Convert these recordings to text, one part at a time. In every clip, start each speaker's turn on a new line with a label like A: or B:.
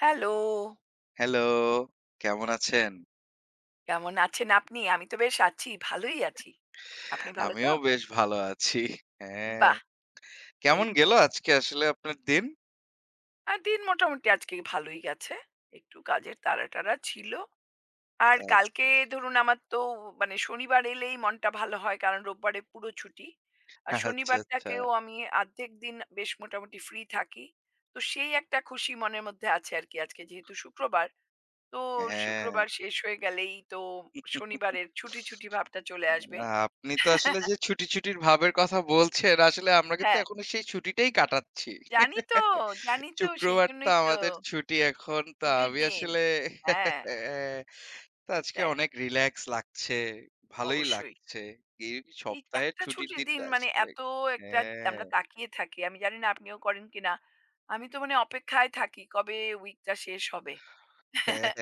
A: Hello!
B: Hello, কেমন আছেন?
A: কেমন আছেন আপনি? আমি তো বেশ আছি, ভালোই আছি। আপনি ভালো তো?
B: আমিও বেশ ভালো আছি। হ্যাঁ,
A: বাহ! এই
B: কেমন গেল
A: তো।
B: আজকে আসলে আপনার দিন?
A: দিন মোটামুটি আজকে ভালোই গেছে। একটু কাজের তাড়া-টাড়া ছিল। আর
B: আচ্ছা,
A: কালকে ধরুন আমার তো মানে শনিবার এলেই মনটা ভালো হয় কারণ রোববারে পুরো ছুটি। আর
B: আচ্ছা, আচ্ছা, আচ্ছা।
A: শনিবারটাকেও আমি আর্ধেক দিন বেশ মোটামুটি ফ্রি থাকি। তো সেই একটা খুশি মনের মধ্যে আছে আরকি আজকে যেহেতু শুক্রবার। তো
B: হ্যাঁ।
A: শুক্রবার শেষ হয়ে গেলেই তো শনিবারের ছুটি, ছুটি ভাবটা চলে আসবে।
B: আপনি তো আসলে যে ছুটি, ছুটির ভাবের কথা বলছেন, আসলে আমরা কিন্তু
A: হ্যাঁ।
B: এখনো সেই ছুটিটাই কাটাচ্ছি।
A: জানি তো, জানি তো
B: শুক্রবার তো
A: সেইজন্যই তো।
B: আমাদের ছুটি এখন। তো
A: ছুটির
B: আমি
A: দিন।
B: আসলে
A: হ্যাঁ,
B: আহ, তো আজকে
A: সেটাই।
B: অনেক রিল্যাক্স লাগছে, ভালোই
A: অবশ্যই।
B: লাগছে। এই
A: এই
B: সপ্তাহের
A: একটা
B: ছুটির
A: ছুটির দিন
B: দিনটা
A: মানে
B: আসলে
A: এত একটা
B: হ্যাঁ।
A: আমরা তাকিয়ে থাকি। আমি জানি না আপনিও করেন কিনা। আমি তো মানে অপেক্ষায় থাকি কবে উইকটা শেষ হবে।
B: হ্যাঁ,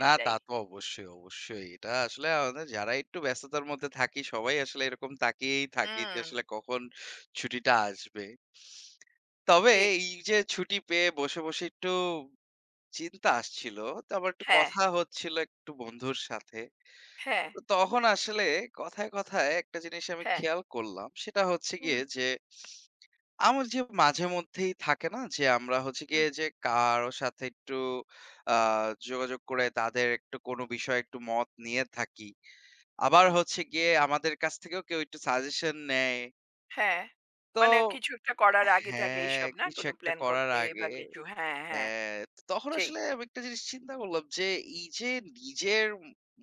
B: না তা তো অবশ্যই, অবশ্যই। এটা আসলে আমাদের যারা একটু ব্যস্ততার মধ্যে থাকি সবাই আসলে এরকম তাকিয়েই থাকি যে
A: হুম,
B: আসলে কখন ছুটিটা আসবে। তবে
A: ঠিক।
B: এই যে ছুটি পেয়ে বসে, বসে একটু চিন্তা আসছিল। তো আবার একটু
A: হ্যাঁ,
B: কথা হচ্ছিল একটু বন্ধুর সাথে।
A: হ্যাঁ,
B: তো তখন আসলে কথায়, কথায় একটা জিনিস আমি
A: হ্যাঁ।
B: খেয়াল করলাম। সেটা হচ্ছে
A: হুম,
B: গিয়ে যে আমার যে মাঝেমধ্যেই থাকে না যে আমরা হচ্ছে
A: হুম,
B: গিয়ে যে কারো সাথে একটু আ যোগাযোগ করে তাদের একটু কোনো বিষয়ে একটু মত নিয়ে থাকি। আবার
A: হুম।
B: হচ্ছে গিয়ে আমাদের কাছ থেকেও কেউ একটু সাজেশন নেয়।
A: হ্যাঁ।
B: তো
A: মানে কিছু একটা করার আগে-টাগে
B: হ্যাঁ,
A: এইসব না?
B: কিছু
A: কোনো
B: একটা
A: প্ল্যান
B: করার
A: করতে
B: আগে
A: বা কিছু। হ্যাঁ, হ্যাঁ।
B: হ্যাঁ, তো তখন
A: সেই।
B: আসলে আমি একটা জিনিস চিন্তা করলাম যে এই যে নিজের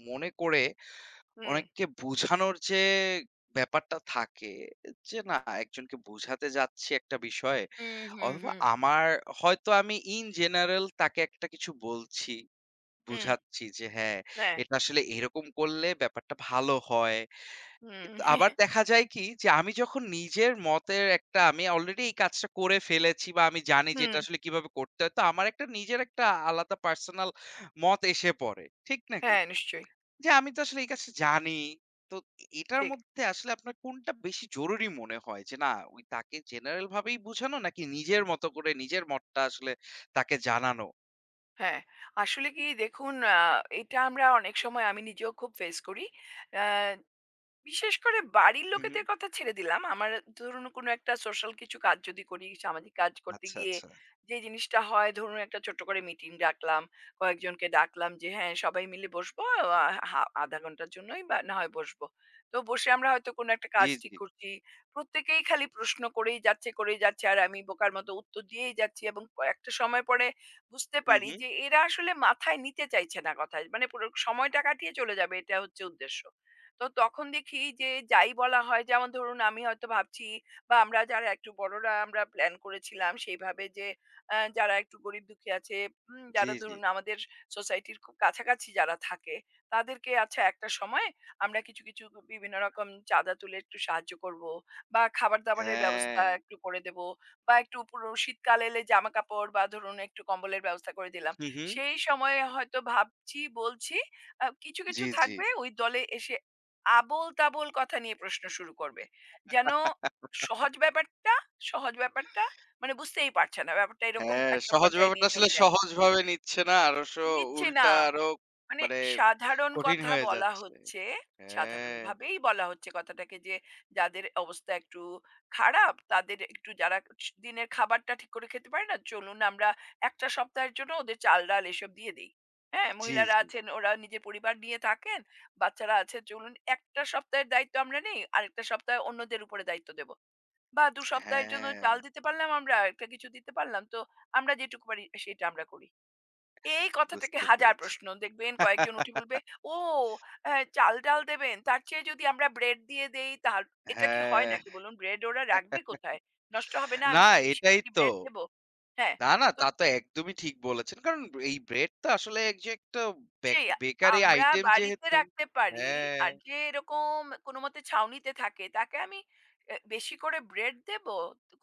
B: মনে করে
A: হুম,
B: অনেককে বোঝানোর যে ব্যাপারটা থাকে যে না একজনকে বোঝাতে যাচ্ছি একটা বিষয়ে
A: হুম, হুম,
B: অথবা
A: হুম,
B: আমার হয়তো আমি ইন জেনারেল তাকে একটা কিছু বলছি,
A: হুম।
B: বুঝাচ্ছি যে হ্যাঁ,
A: হ্যাঁ।
B: এটা আসলে এরকম করলে ব্যাপারটা ভালো হয়।
A: হুম,
B: কিন্তু আবার দেখা যায় কি যে আমি যখন নিজের মতের একটা আমি অলরেডি এই কাজটা করে ফেলেছি বা আমি জানি যে এটা
A: হুম,
B: আসলে কিভাবে করতে হয়। তো আমার একটা নিজের একটা আলাদা পার্সোনাল মত এসে পড়ে। ঠিক নাকি?
A: হ্যাঁ, নিশ্চয়ই।
B: যে আমি তো আসলে এই কাজটা জানি। তো এটার
A: ঠিক।
B: মধ্যে আসলে আপনার কোনটা বেশি জরুরি মনে হয়? যে না ওই তাকে জেনারেল ভাবেই বোঝানো নাকি নিজের মতো করে নিজের মতটা আসলে তাকে জানানো?
A: হ্যাঁ, আসলে কি দেখুন এটা আমরা অনেক সময় আমি নিজেও খুব ফেস করি। আ বিশেষ করে বাড়ির
B: হু, হু।
A: লোকেদের কথা ছেড়ে দিলাম। আমার ধরুন কোনো একটা সোশ্যাল কিছু কাজ যদি করি, সামাজিক কাজ করতে
B: আচ্ছা,
A: গিয়ে
B: আচ্ছা।
A: যে জিনিসটা হয় ধরুন একটা ছোট্ট করে মিটিং ডাকলাম, কয়েকজনকে ডাকলাম যে হ্যাঁ, সবাই মিলে বসবো আ হা ০.৫ ঘন্টার জন্যই বা না হয় বসবো। তো বসে আমরা হয়তো কোনো একটা
B: জি,
A: কাজ ঠিক
B: জি।
A: করছি। প্রত্যেকেই খালি প্রশ্ন করেই যাচ্ছে, করেই যাচ্ছে আর আমি বোকার মতো উত্তর দিয়েই যাচ্ছি এবং একটা সময় পরে বুঝতে
B: হু,
A: পারি
B: হু।
A: যে এরা আসলে মাথায় নিতে চাইছে না কথা। মানে পুরো সময়টা কাটিয়ে চলে যাবে এটা হচ্ছে উদ্দেশ্য। তো তখন দেখি যে যাই বলা হয় যেমন ধরুন আমি হয়তো ভাবছি বা আমরা যারা একটু বড়রা আমরা প্ল্যান করেছিলাম সেইভাবে যে যারা একটু গরিব দুঃখী আছে
B: জি,
A: যারা
B: জি।
A: ধরুন আমাদের সোসাইটির খুব কাছাকাছি যারা থাকে তাদেরকে আচ্ছা একটা সময় আমরা কিছু কিছু বিভিন্ন রকম চাঁদা তুলে একটু সাহায্য করব বা খাবার দাবারের ব্যবস্থা
B: হ্যাঁ।
A: একটু করে দেব বা একটু পুরো শীতকালে এলে জামা কাপড় বা ধরুন একটু কম্বলের ব্যবস্থা করে দিলাম
B: হু, হু।
A: সেই সময়ে হয়তো ভাবছি বলছি কিছু
B: জি,
A: কিছু
B: জি।
A: থাকবে ওই দলে এসে আবোল তাবোল কথা নিয়ে প্রশ্ন শুরু করবে। যেন সহজ ব্যাপারটা, সহজ ব্যাপারটা মানে বুঝতেই পারছে না। ব্যাপারটা এরকম
B: হ্যাঁ,
A: একটা
B: সহজ
A: পর্যায়ে
B: ব্যাপারটা
A: নিয়ে
B: আসলে
A: চলে যায়।
B: সহজভাবে নিচ্ছে না। আরো
A: নিচ্ছে না।
B: উল্টা আরো
A: মানে
B: মানে
A: সাধারণ
B: কঠিন
A: কথা
B: হয়ে
A: বলা
B: যাচ্ছে।
A: হচ্ছে,
B: হ্যাঁ।
A: সাধারণভাবেই বলা হচ্ছে কথাটাকে যে, যাদের অবস্থা একটু খারাপ, তাদের একটু যারা দিনের খাবারটা ঠিক করে খেতে পারে না, চলুন আমরা একটা সপ্তাহের জন্য ওদের চাল-ডাল এসব দিয়ে দেই। হ্যাঁ?
B: জি,
A: মহিলারা
B: জি।
A: আছেন, ওরা নিজের পরিবার নিয়ে থাকেন, বাচ্চারা আছে, চলুন একটা সপ্তাহের দায়িত্ব আমরা নেই, আরেকটা সপ্তাহে অন্যদের উপরে দায়িত্ব দেব। বা ২ সপ্তাহের জন্য
B: হ্যাঁ,
A: চাল দিতে পারলাম আমরা, একটা কিছু দিতে পারলাম। তো আমরা যেটুকু পারি সেটা আমরা করি। এই কথা থেকে
B: বুঝতে
A: হাজার
B: পেরেছি।
A: প্রশ্ন। দেখবেন কয়েকজন উঠে বলবে, "ও চাল-ডাল দেবেন? তার চেয়ে যদি আমরা ব্রেড দিয়ে দেই তার এটা কি হয়
B: হ্যাঁ,
A: নাকি বলুন? ব্রেড ওরা রাখবে কোথায়? নষ্ট হবে না? আমি
B: না
A: কি
B: এটাই
A: বেশি
B: তো।
A: ব্রেড দেব?" হ্যাঁ,
B: না, না
A: তো
B: তা তো একদমই ঠিক বলেছেন। কারণ এই ব্রেড তো আসলে এক যে একটা
A: সেই
B: বেকারি
A: আমরা
B: আইটেম
A: বাড়িতে
B: যেহেতু
A: রাখতে পারি।
B: হ্যাঁ,
A: আর যে এরকম কোনোমতে ছাউনিতে থাকে তাকে আমি বেশি করে ব্রেড দেব?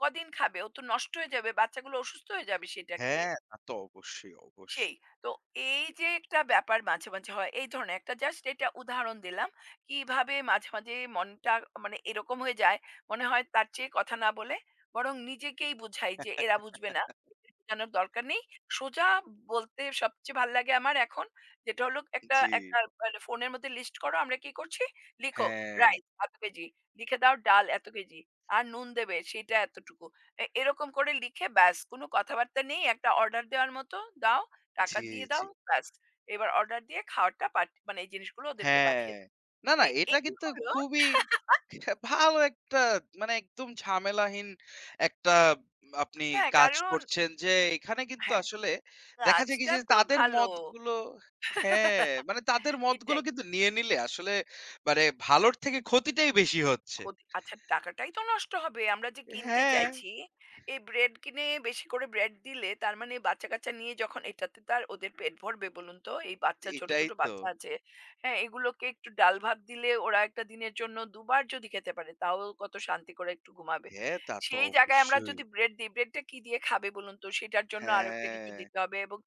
A: কদিন খাবে? ও তো নষ্ট হয়ে যাবে। বাচ্চাগুলো অসুস্থ হয়ে যাবে সেটা খেয়ে।
B: হ্যাঁ, তা তো অবশ্যই,
A: সেই।
B: অবশ্যই।
A: তো এই যে একটা ব্যাপার মাঝে হয় এই ধরনের একটা জাস্ট এটা উদাহরণ দিলাম। কিভাবে মাঝে মনটা মানে এরকম হয়ে যায়, মনে হয় তার চেয়ে কথা না বলে বরং নিজেকেই বুঝাই যে এরা বুঝবে না। এদের বোঝানোর দরকার নেই। সোজা বলতে সবচেয়ে ভাল লাগে আমার এখন যেটা হলো একটা
B: জি,
A: একটা মানে ফোনের মধ্যে লিস্ট করো আমরা কি করছি? লিখো
B: হ্যাঁ,
A: রাইস এত কেজি, লিখে দাও ডাল এত কেজি, আর নুন দেবে সেটা এতটুকু। এরকম করে লিখে ব্যাস কোন কথাবার্তা নেই। একটা অর্ডার দেওয়ার মতো দাও। টাকা
B: জি,
A: দিয়ে
B: জি।
A: দাও ব্যাস। এবার অর্ডার দিয়ে খাওয়ারটা পাঠ মানে এই জিনিসগুলো ওদেরকে
B: হ্যাঁ।
A: পাঠিয়ে দাও।
B: না, না
A: এ
B: এটা
A: এই
B: কিন্তু
A: হলো
B: খুবই ভালো একটা মানে একদম ঝামেলাহীন একটা আপনি
A: হ্যাঁ,
B: কাজ
A: কারণ
B: করছেন যে এখানে কিন্তু
A: হ্যাঁ,
B: আসলে দেখা যায় কি
A: কাজটা
B: যে
A: তো
B: তাদের
A: ভালো।
B: মতগুলো হ্যাঁ, মানে তাদের মতগুলো
A: এটাই।
B: কিন্তু নিয়ে নিলে আসলে মানে ভালোর থেকে ক্ষতিটাই বেশি হচ্ছে।
A: ক্ষতি আচ্ছা টাকাটাই তো নষ্ট হবে। আমরা যে কিনতে
B: হ্যাঁ,
A: চাইছি, এই ব্রেড কিনে বেশি করে ব্রেড দিলে তার মানে বাচ্চা-কাচ্চা নিয়ে যখন এটাতে তো আর ওদের পেট ভরবে বলুন তো? এই বাচ্চা
B: এটাই
A: ছোট
B: তো।
A: বাচ্চা আছে। হ্যাঁ, এগুলোকে একটু ডাল ভাত দিলে ওরা একটা দিনের জন্য দুবার যদি খেতে পারে তাও কত শান্তি করে একটু ঘুমাবে।
B: হ্যাঁ, তা তো
A: সেই জায়গায় আমরা
B: অবশ্যই।
A: যদি ব্রেড দিই, ব্রেডটা কি দিয়ে খাবে বলুন তো? সেটার জন্য আরেকটা কিছু
B: হ্যাঁ।
A: দিতে হবে এবং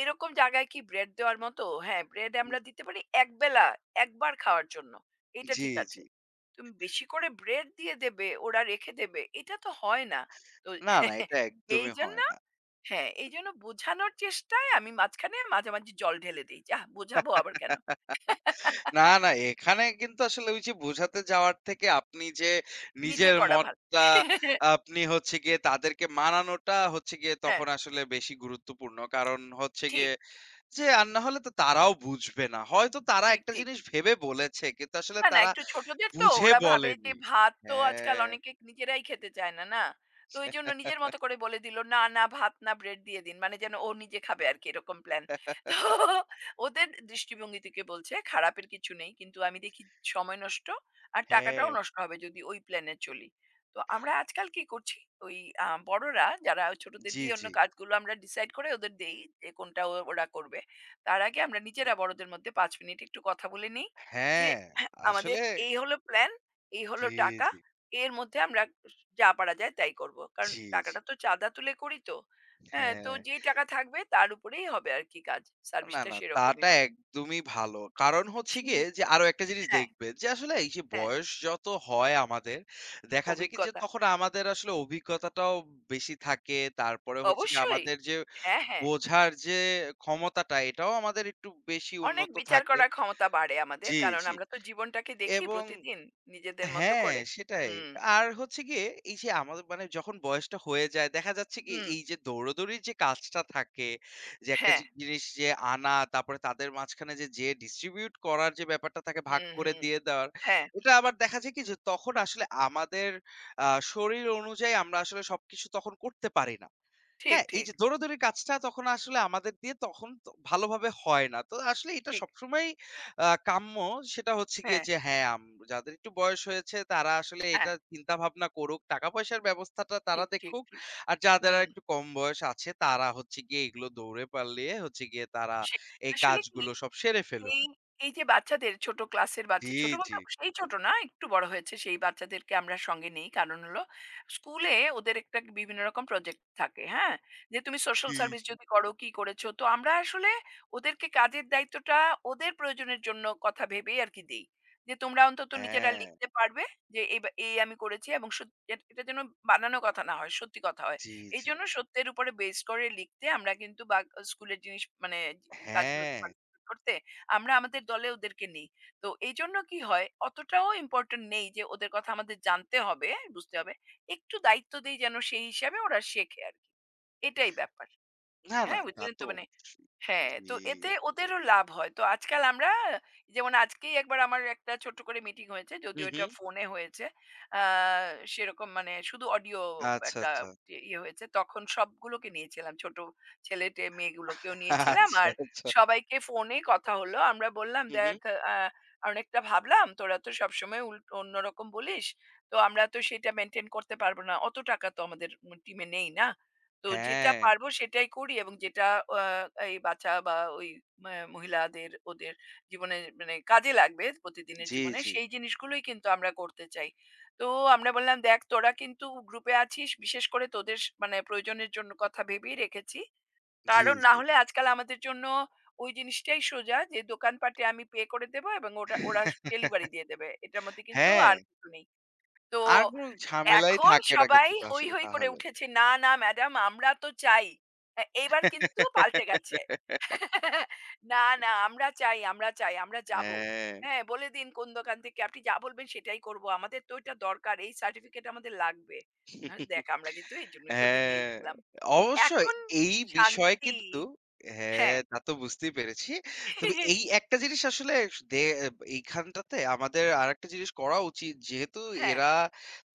A: এরকম জায়গায় কি ব্রেড দেওয়ার মতো? হ্যাঁ, ব্রেড
B: উ
A: আমরা দিতে পারি একবেলা, একবার খাওয়ার জন্য। এটা
B: জি,
A: ঠিক
B: জি।
A: আছে। তুমি বেশি করে ব্রেড দিয়ে দেবে, ওরা রেখে দেবে। এটা তো হয় না। তো
B: না, না এটা একদমই
A: এইজন্য
B: হয় না।
A: হ্যাঁ, এইজন্য বোঝানোর চেষ্টায় আমি মাঝখানে মাঝামাঝি জল ঢেলে দেই। যাহ! বোঝাবো আবার কেন?
B: না, না এখানে কিন্তু আসলে ওই যে বোঝাতে যাওয়ার থেকে আপনি যে
A: নিজে
B: নিজের
A: করা ভালো।
B: মতটা আপনি হচ্ছে গিয়ে তাদেরকে মানানোটা হচ্ছে গিয়ে
A: হ্যাঁ,
B: তখন আসলে বেশি গুরুত্বপূর্ণ। কারণ হচ্ছে
A: ঠিক,
B: গিয়ে যে আর না হলে তো তারাও বুঝবে না। হয়তো তারা
A: ঠিক,
B: একটা
A: ঠিক।
B: জিনিস ভেবে বলেছে কিন্তু আসলে
A: না, না
B: তারা
A: একটু ছোটদের তো
B: বুঝে
A: ওরা ভাবে যে
B: বলেনি।
A: ভাত তো আজকাল
B: হ্যাঁ।
A: অনেকে নিজেরাই খেতে চায় না, না? তো এইজন্য নিজের মতো করে বলে দিল, "না, না ভাত না ব্রেড দিয়ে দিন।" মানে যেন ও নিজে খাবে আরকি এরকম প্ল্যান। তো ওদের দৃষ্টিভঙ্গি থেকে বলছে খারাপের কিছু নেই। কিন্তু আমি দেখি সময় নষ্ট আর
B: হ্যাঁ,
A: টাকাটাও নষ্ট হবে যদি ওই প্ল্যানে চলি। তো আমরা আজকাল কি করছি? ওই বড়রা যারা ওই ছোটদের
B: জি,
A: দিয়ে অন্য
B: জি।
A: কাজগুলো আমরা ডিসাইড করে ওদের দেই যে কোনটা ওরা করবে। তার আগে আমরা নিজেরা বড়দের মধ্যে ৫ মিনিট একটু কথা বলে নেই যে
B: হ্যাঁ,
A: হ্যাঁ, আমাদের
B: আসলে
A: এই হলো প্ল্যান, এই হলো
B: জি,
A: টাকা।
B: জি,
A: এর মধ্যে আমরা যা পারা যায় তাই করব। কারণ
B: জি, জি।
A: টাকাটা তো চাঁদা তুলে করি তো। হ্যাঁ, তো
B: হ্যাঁ।
A: যেই টাকা থাকবে তার উপরেই হবে আর কি কাজ।
B: না,
A: সার্ভিসটা
B: না,
A: সেরকমই
B: তাটা
A: হবে।
B: একদমই ভালো। কারণ হচ্ছে
A: জি।
B: গিয়ে যে আরো একটা জিনিস
A: হ্যাঁ,
B: দেখবেন যে আসলে এই যে
A: হ্যাঁ,
B: বয়স যত হয় আমাদের, দেখা যায় কি যে
A: অভিজ্ঞতা।
B: তখন আমাদের আসলে অভিজ্ঞতাটাও বেশি থাকে। তারপরে হচ্ছে গিয়ে
A: অবশ্যই।
B: আমাদের যে
A: হ্যাঁ, হ্যাঁ।
B: বোঝার যে ক্ষমতাটা এটাও আমাদের একটু বেশি
A: অনেক
B: উন্নত
A: বিচার
B: থাকে।
A: করার ক্ষমতা বাড়ে আমাদের।
B: জি,
A: কারণ
B: জি।
A: আমরা তো জীবনটাকে দেখি
B: এবং
A: প্রতিদিন নিজেদের মতো
B: হ্যাঁ,
A: করে।
B: সেটাই।
A: হুম,
B: আর হচ্ছে গিয়ে এই যে আমাদের মানে যখন বয়সটা হয়ে যায় দেখা যাচ্ছে কি
A: হুম,
B: এই যে দৌড়াদৌড়ির যে কাজটা থাকে, যে একটা
A: হ্যাঁ,
B: জিনিস যে আনা তারপরে তাদের মাঝখানে যে যেয়ে ডিস্ট্রিবিউট করার যে ব্যাপারটা থাকে ভাগ
A: হুম,
B: করে
A: হুম,
B: দিয়ে দেওয়ার।
A: হ্যাঁ।
B: এটা আবার দেখা যায় কি যে তখন আসলে আমাদের আ শরীর অনুযায়ী আমরা আসলে সবকিছু তখন করতে পারি না।
A: ঠিক,
B: হ্যাঁ, এই
A: ঠিক,
B: যে দৌড়াদৌড়ির কাজটা তখন আসলে আমাদের দিয়ে তখন তো ভালোভাবে হয় না। তো আসলে এটা
A: ঠিক।
B: সবসময়ই কাম্য। সেটা হচ্ছে গিয়ে
A: হ্যাঁ,
B: যে হ্যাঁ, যাদের একটু বয়স হয়েছে তারা আসলে
A: হ্যাঁ।
B: এটা চিন্তা ভাবনা করুক। টাকা-পয়সার ব্যবস্থাটা তারা
A: ঠিক, ঠিক,
B: দেখুক।
A: ঠিক।
B: আর যাদের
A: হুম।
B: একটু কম বয়স আছে তারা হচ্ছে গিয়ে এগুলো দৌড়ে পারলিয়ে হচ্ছে গিয়ে তারা
A: সে
B: এই
A: আসলে কি,
B: কাজগুলো সব সেরে ফেলুক।
A: এই, এই যে বাচ্চাদের ছোট ক্লাসের বাচ্চা,
B: জি,
A: ছোট
B: জি।
A: বলতে সেই ছোট না, একটু বড় হয়েছে সেই বাচ্চাদেরকে আমরা সঙ্গে নেই। কারণ হলো স্কুলে ওদের একটা বিভিন্ন রকম প্রজেক্ট থাকে, হ্যাঁ? যে তুমি সোশ্যাল সার্ভিস
B: জি।
A: যদি করো, কি করেছো? তো আমরা আসলে ওদেরকে কাজের দায়িত্বটা ওদের প্রয়োজনের জন্য কথা ভেবেই আরকি দেই। যে তোমরা অন্তত নিজেরা
B: হ্যাঁ,
A: লিখতে পারবে যে এই বা এই আমি করেছি এবং সত এট এটা যেন বানানো কথা না হয়, সত্যি কথা হয়।
B: জি, জি।
A: এইজন্য সত্যের উপরে বেস করে লিখতে আমরা কিন্তু বা স্কুলের জিনিস মানে কাজগুলোতে
B: হ্যাঁ।
A: পার্টিসিপেট করতে আমরা আমাদের দলে ওদেরকে নেই। তো এইজন্য কি হয় অতটাও ইম্পোর্টেন্ট নেই যে ওদের কথা আমাদের জানতে হবে, বুঝতে হবে। একটু দায়িত্ব দেই যেন সেই হিসাবে ওরা শেখে আরকি। এটাই ব্যাপার।
B: না, না
A: হ্যাঁ?
B: তা
A: বুঝলেন তো
B: তো
A: মানে
B: অবশ্যই।
A: হ্যাঁ,
B: জি।
A: তো এতে ওদেরও লাভ হয়। তো আজকাল আমরা যেমন আজকেই একবার আমার একটা ছোট্ট করে মিটিং হয়েছে।
B: হু,
A: যদিও
B: হু।
A: এটা ফোনে হয়েছে। আ সেরকম মানে শুধু অডিও
B: আচ্ছা,
A: একটা
B: আচ্ছা।
A: ইয়ে হয়েছে। তখন সবগুলোকে নিয়েছিলাম। ছোট ছেলে-টেয়ে মেয়েগুলোকেও নিয়েছিলাম।
B: আচ্ছা,
A: আর
B: আচ্ছা।
A: সবাইকে ফোনে কথা হলো। আমরা বললাম,
B: হুম,
A: "দেখ
B: হুম।
A: আ অনেকটা ভাবলাম, তোরা তো সবসময় অন্যরকম বলিস। তো আমরা তো সেটা মেইনটেইন করতে পারব না। অত টাকা তো আমাদের টিমে নেই না।" তো যেটা
B: হ্যাঁ,
A: পারবো সেটাই করি এবং যেটা আ এই বাচ্চা বা ওই মহিলাদের ওদের জীবনে মানে কাজে লাগবে প্রতিদিনের
B: জি,
A: জীবনে,
B: জি,
A: সেই জিনিসগুলোই কিন্তু আমরা করতে চাই। তো আমরা বললাম, "দেখ তোরা কিন্তু গ্রুপে আছিস, বিশেষ করে তোদের মানে প্রয়োজনের জন্য কথা ভেবেই রেখেছি।
B: জি,
A: কারণ না
B: জি।
A: হলে আজকাল আমাদের জন্য ওই জিনিসটাই সোজা যে দোকানপাটে আমি পে করে দেবো এবং ওটা ওরা ডেলিভারি দিয়ে দেবে। এটার মধ্যে কিন্তু
B: হ্যাঁ,
A: আর কিছু নেই।" তো
B: আর কোন ঝামেলাই
A: এখন
B: থাকে না
A: সবাই
B: কিন্তু আসলে
A: হৈ করে
B: তাহলে।
A: উঠেছে। "না, না ম্যাডাম আমরা তো চাই।" এইবার কিন্তু পাল্টে গেছে। "না, না আমরা চাই, আমরা চাই, আমরা যাবো।
B: হ্যাঁ,
A: হ্যাঁ, বলে দিন কোন দোকান থেকে আপনি যা বলবেন সেটাই করবো। আমাদের তো এটা দরকার। এই সার্টিফিকেট আমাদের লাগবে।" দেখ আমরা কিন্তু এইজন্যই তোদের
B: হ্যাঁ,
A: নিয়েছিলাম।
B: অবশ্যই
A: এখন
B: এই বিষয়ে
A: শান্তি
B: কিন্তু
A: হ্যাঁ,
B: হ্যাঁ, তা তো বুঝতেই পেরেছি। তবে এই একটা জিনিস আসলে দে এইখানটাতে আমাদের আরেকটা জিনিস করা উচিত। যেহেতু
A: হ্যাঁ,
B: এরা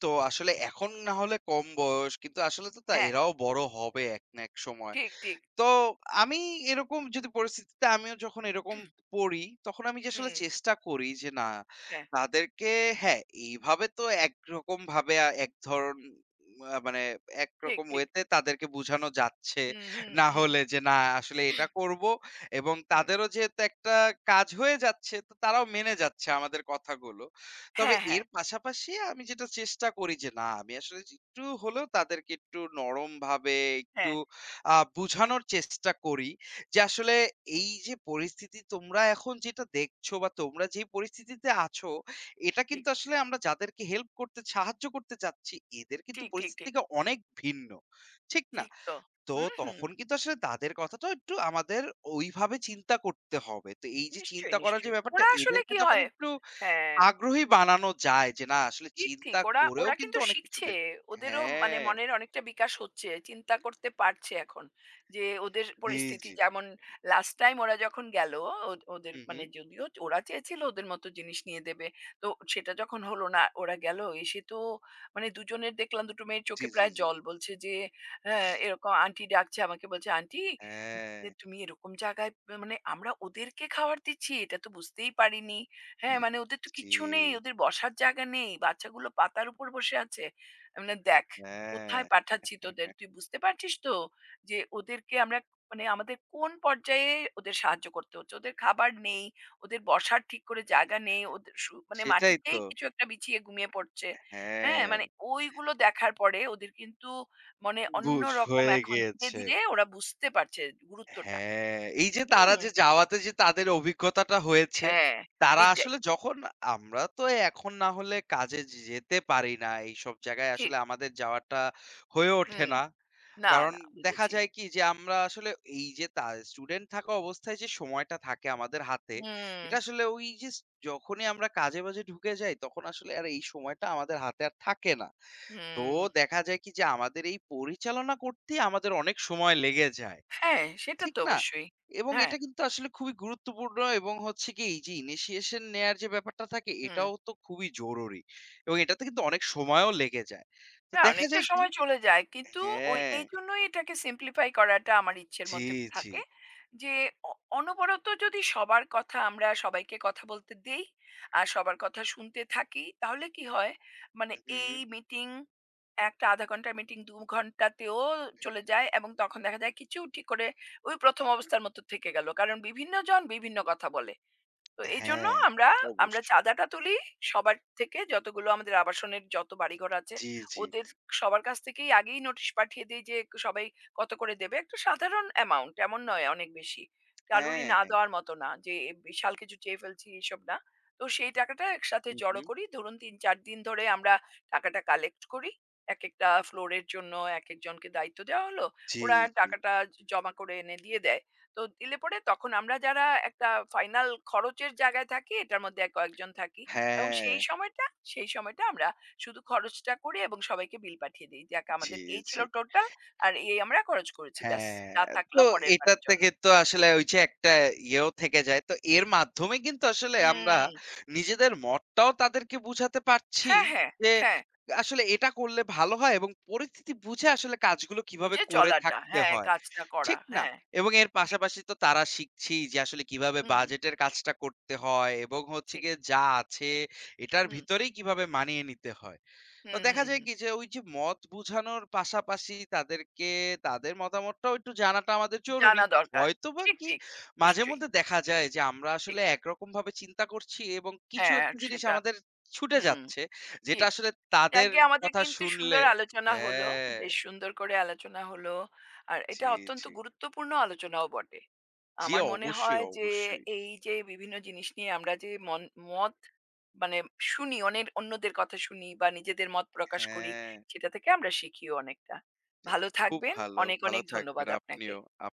B: তো আসলে এখন না হলে কম বয়স কিন্তু আসলে তো তা
A: হ্যাঁ।
B: এরাও বড় হবে এক না এক সময়।
A: ঠিক, ঠিক।
B: তো আমি এরকম যদি পরিস্থিতিতে আমিও যখন এরকম পড়ি, তখন আমি যে আসলে
A: হুম,
B: চেষ্টা করি যে না
A: হ্যাঁ,
B: তাদেরকে হ্যাঁ, এইভাবে তো একরকম ভাবে এক ধরন মানে
A: ঠিক,
B: একরকম
A: ঠিক।
B: ওয়েতে তাদেরকে বুঝানো যাচ্ছে।
A: হুম, হুম,
B: না
A: হুম,
B: হলে যে না আসলে এটা করব এবং
A: হুম।
B: তাদেরও যেহেতু একটা কাজ হয়ে যাচ্ছে তো তারাও মেনে যাচ্ছে আমাদের কথাগুলো। তবে
A: হ্যাঁ, হ্যাঁ,
B: এর পাশাপাশি আমি যেটা চেষ্টা করি যে না আমি আসলে যে একটু হলেও তাদেরকে একটু নরমভাবে একটু
A: হ্যাঁ।
B: বুঝানোর চেষ্টা করি যে, আসলে এই যে পরিস্থিতি তোমরা এখন যেটা দেখছো বা তোমরা যেই পরিস্থিতিতে আছো, এটা
A: ঠিক,
B: কিন্তু আসলে আমরা যাদেরকে হেল্প করতে সাহায্য করতে চাচ্ছি, এদের কিন্তু
A: ঠিক, ঠিক,
B: পরিস্থিতি
A: ঠিক।
B: থেকে অনেক ভিন্ন। ঠিক না?
A: ঠিক তো।
B: তো
A: হুম, হুম।
B: তখন কিন্তু আসলে তাদের কথাটাও একটু আমাদের ওইভাবে চিন্তা করতে হবে। তো এই যে
A: নিশ্চয়ই,
B: চিন্তা করার যে
A: নিশ্চয়ই।
B: ব্যাপারটা,
A: ওরা আসলে
B: এদেরকে
A: কি
B: তখন
A: হয়?
B: একটু
A: হ্যাঁ,
B: আগ্রহী বানানো যায় যে, না আসলে
A: ঠিক,
B: চিন্তা
A: ঠিক।
B: করেও
A: ওরা
B: কিন্তু
A: কিন্তু
B: অনেক কিছু
A: শিখছে।
B: বের
A: ওদেরও মানে
B: হ্যাঁ।
A: মনের অনেকটা বিকাশ হচ্ছে। চিন্তা করতে পারছে এখন। যে ওদের
B: জি,
A: পরিস্থিতি
B: জি।
A: যেমন লাস্ট টাইম ওরা যখন গেল ওদের
B: হু, হু।
A: মানে যদিও ওরা চেয়েছিল ওদের মতো জিনিস নিয়ে দেবে। তো সেটা যখন হলো না ওরা গেল এসে তো মানে দুজনের দেখলাম দুটো মেয়ের
B: জি,
A: চোখে
B: জি,
A: প্রায়
B: জি।
A: জল। বলছে যে হ্যাঁ, এরকম আন্টি ডাকছে আমাকে বলছে, "আন্টি
B: হ্যাঁ।
A: যে তুমি এরকম জায়গায় মানে আমরা ওদেরকে খাবার দিচ্ছি এটা তো বুঝতেই পারিনি।" হ্যাঁ, মানে ওদের তো
B: জি,
A: কিচ্ছু নেই। ওদের বসার জায়গা নেই। বাচ্চাগুলো পাতার উপর বসে আছে। মানে দেখ,
B: হ্যাঁ,
A: কোথায় পাঠাচ্ছি তোদের? তুই বুঝতে পারছিস তো? যে ওদেরকে আমরা মানে আমাদের কোন পর্যায়ে ওদের সাহায্য করতে হচ্ছে। ওদের খাবার নেই, ওদের বসার ঠিক করে জায়গা নেই। ওদের মানে
B: সেটাই
A: মাটিতেই
B: তো।
A: কিছু একটা বিছিয়ে ঘুমিয়ে পড়ছে। হ্যাঁ?
B: হ্যাঁ,
A: মানে ওইগুলো দেখার পরে ওদের কিন্তু মানে
B: বুঝ
A: অন্যরকম
B: হয়ে
A: এখন
B: গিয়েছে।
A: ধীরে ওরা বুঝতে পারছে গুরুত্বটা।
B: হ্যাঁ, এই যে তারা
A: হুম?
B: যে যাওয়াতে যে তাদের অভিজ্ঞতাটা হয়েছে,
A: হ্যাঁ,
B: তারা
A: এটাই।
B: আসলে যখন আমরা তো এখন না হলে কাজে যেতে পারি না। এইসব জায়গায়
A: ঠিক।
B: আসলে আমাদের যাওয়াটা হয়ে ওঠে
A: হুম।
B: না।
A: না,
B: কারণ
A: না
B: দেখা
A: বুঝেছি।
B: যায় কি যে আমরা আসলে এই যে তা স্টুডেন্ট থাকা অবস্থায় যে সময়টা থাকে আমাদের হাতে,
A: হুম,
B: এটা আসলে ওই যে যখনই আমরা কাজে-বাজে ঢুকে যাই তখন আসলে আর এই সময়টা আমাদের হাতে আর থাকে না। তো
A: হুম।
B: দেখা যায় কি যে আমাদের এই পরিচালনা করতেই আমাদের অনেক সময় লেগে যায়।
A: হ্যাঁ, সেটা
B: ঠিক
A: তো
B: না?
A: অবশ্যই।
B: এবং
A: হ্যাঁ।
B: এটা কিন্তু আসলে খুবই গুরুত্বপূর্ণ এবং হচ্ছে কি এই যে initiation নেয়ার যে ব্যাপারটা থাকে
A: হুম।
B: এটাও তো খুবই জরুরি। এবং এটাতে কিন্তু অনেক সময়ও লেগে যায়। তো
A: হ্যাঁ,
B: দেখা
A: অনেকটা
B: যায় কি
A: সময় চলে যায়। কিন্তু ওই
B: হ্যাঁ,
A: এইজন্যই এটাকে সিম্পলিফাই করাটা আমার ইচ্ছের
B: জি,
A: মধ্যে
B: জি।
A: থাকে। যে অ অনবরত যদি সবার কথা আমরা সবাইকে কথা বলতে দেই, আর সবার কথা শুনতে থাকি, তাহলে কি হয়? মানে
B: হু, হু।
A: এই মিটিং একটা ০.৫ ঘন্টার মিটিং ২ ঘন্টাতেও চলে যায় এবং তখন দেখা যায় কিছু ঠিক করে ওই ১ম অবস্থার মতো থেকে গেল। কারণ বিভিন্নজন বিভিন্ন কথা বলে। তো এইজন্য
B: হ্যাঁ, তা তো
A: আমরা
B: অবশ্যই।
A: চাঁদাটা তুলি সবার থেকে যতগুলো আমাদের আবাসনের যত বাড়িঘর আছে,
B: জি, জি।
A: ওদের সবার কাছ থেকেই আগেই নোটিশ পাঠিয়ে দেই যে সবাই কত করে দেবে। একটা সাধারণ অ্যামাউন্ট এমন নয় অনেক বেশি। কারুরই
B: হ্যাঁ,
A: না
B: হ্যাঁ।
A: দেওয়ার মতো না যে এ বিশাল কিছু চেয়ে ফেলছি এসব না। তো সেই টাকাটা একসাথে
B: হু, হু।
A: জড়ো করি। ধরুন ৩-৪ দিন ধরে আমরা টাকাটা কালেক্ট করি। একেকটা ফ্লোরের জন্য একেকজনকে দায়িত্ব দেওয়া হলো।
B: জি,
A: ওরা
B: জি।
A: টাকাটা জমা করে এনে দিয়ে দেয়। তো দিলে পরে তখন আমরা যারা একটা ফাইনাল খরচের জায়গায় থাকি এটার মধ্যে এক কয়েকজন থাকি এবং
B: হ্যাঁ,
A: সেই সময়টা আমরা শুধু খরচটা করি এবং সবাইকে বিল পাঠিয়ে দিই যাক
B: জি,
A: আমাদের এই ছিল
B: জি।
A: টোটাল আর এই আমরা খরচ করেছি ব্যাস
B: হ্যাঁ,
A: যা
B: তো
A: থাকলো পরের
B: এটা
A: বারের জন্য
B: থেকে তো আসলে ওই যে একটা ইয়েও থেকে যায়। তো এর মাধ্যমে কিন্তু আসলে আমরা
A: হুম
B: নিজেদের মতটাও তাদেরকে বুঝাতে পারছি
A: হ্যাঁ হ্যাঁ
B: যে
A: হ্যাঁ
B: আসলে এটা করলে ভালো হয় এবং পরিস্থিতি বুঝে আসলে কাজগুলো কিভাবে
A: বুঝে
B: করে
A: চলাটা
B: থাকতে
A: হ্যাঁ
B: হয়।
A: কাজটা করা
B: ঠিক না?
A: হ্যাঁ
B: এবং এর
A: ঠিক
B: পাশাপাশি তো তারা শিখছেই যে আসলে কিভাবে
A: হুম
B: বাজেটের কাজটা করতে হয় এবং হচ্ছে
A: ঠিক
B: গিয়ে যা আছে এটার
A: হুম
B: ভিতরেই কিভাবে মানিয়ে নিতে হয়। তো
A: হুম হুম
B: দেখা
A: হুম
B: যায় কি যে ওই যে মত বুঝানোর পাশাপাশি তাদেরকে তাদের মতামতটাও একটু জানাটা আমাদের জরুরি।
A: জানা দরকার
B: হয়তোবা
A: ঠিক
B: কি
A: ঠিক
B: মাঝে
A: নিশ্চয়ই
B: মধ্যে দেখা যায় যে আমরা
A: ঠিক
B: আসলে একরকম ভাবে চিন্তা করছি এবং কিছু
A: হ্যাঁ
B: একটা জিনিস
A: সেটা
B: আমাদের ছুটে
A: হুম
B: যাচ্ছে যেটা
A: ঠিক
B: আসলে তাদের
A: আগে আমাদের
B: কথা
A: কিন্তু
B: শুনলে
A: সুন্দর আলোচনা হলো।
B: হ্যাঁ,
A: বেশ সুন্দর করে আলোচনা হলো। আর এটা
B: জি,
A: অত্যন্ত
B: জি।
A: গুরুত্বপূর্ণ আলোচনাও বটে।
B: জি,
A: আমার মনে
B: অবশ্যই,
A: হয় যে
B: অবশ্যই।
A: এই যে বিভিন্ন জিনিস নিয়ে আমরা যে মত মানে শুনি অন্যদের কথা শুনি বা নিজেদের মত প্রকাশ করি,
B: হ্যাঁ,
A: সেটা থেকে আমরা শিখিও অনেকটা।
B: যাক
A: ভালো
B: খুব
A: থাকবেন।
B: ভালো।
A: অনেক,
B: ভালো
A: অনেক ধন্যবাদ
B: থাকবেন
A: আপনাকে।
B: আপনিও। আপ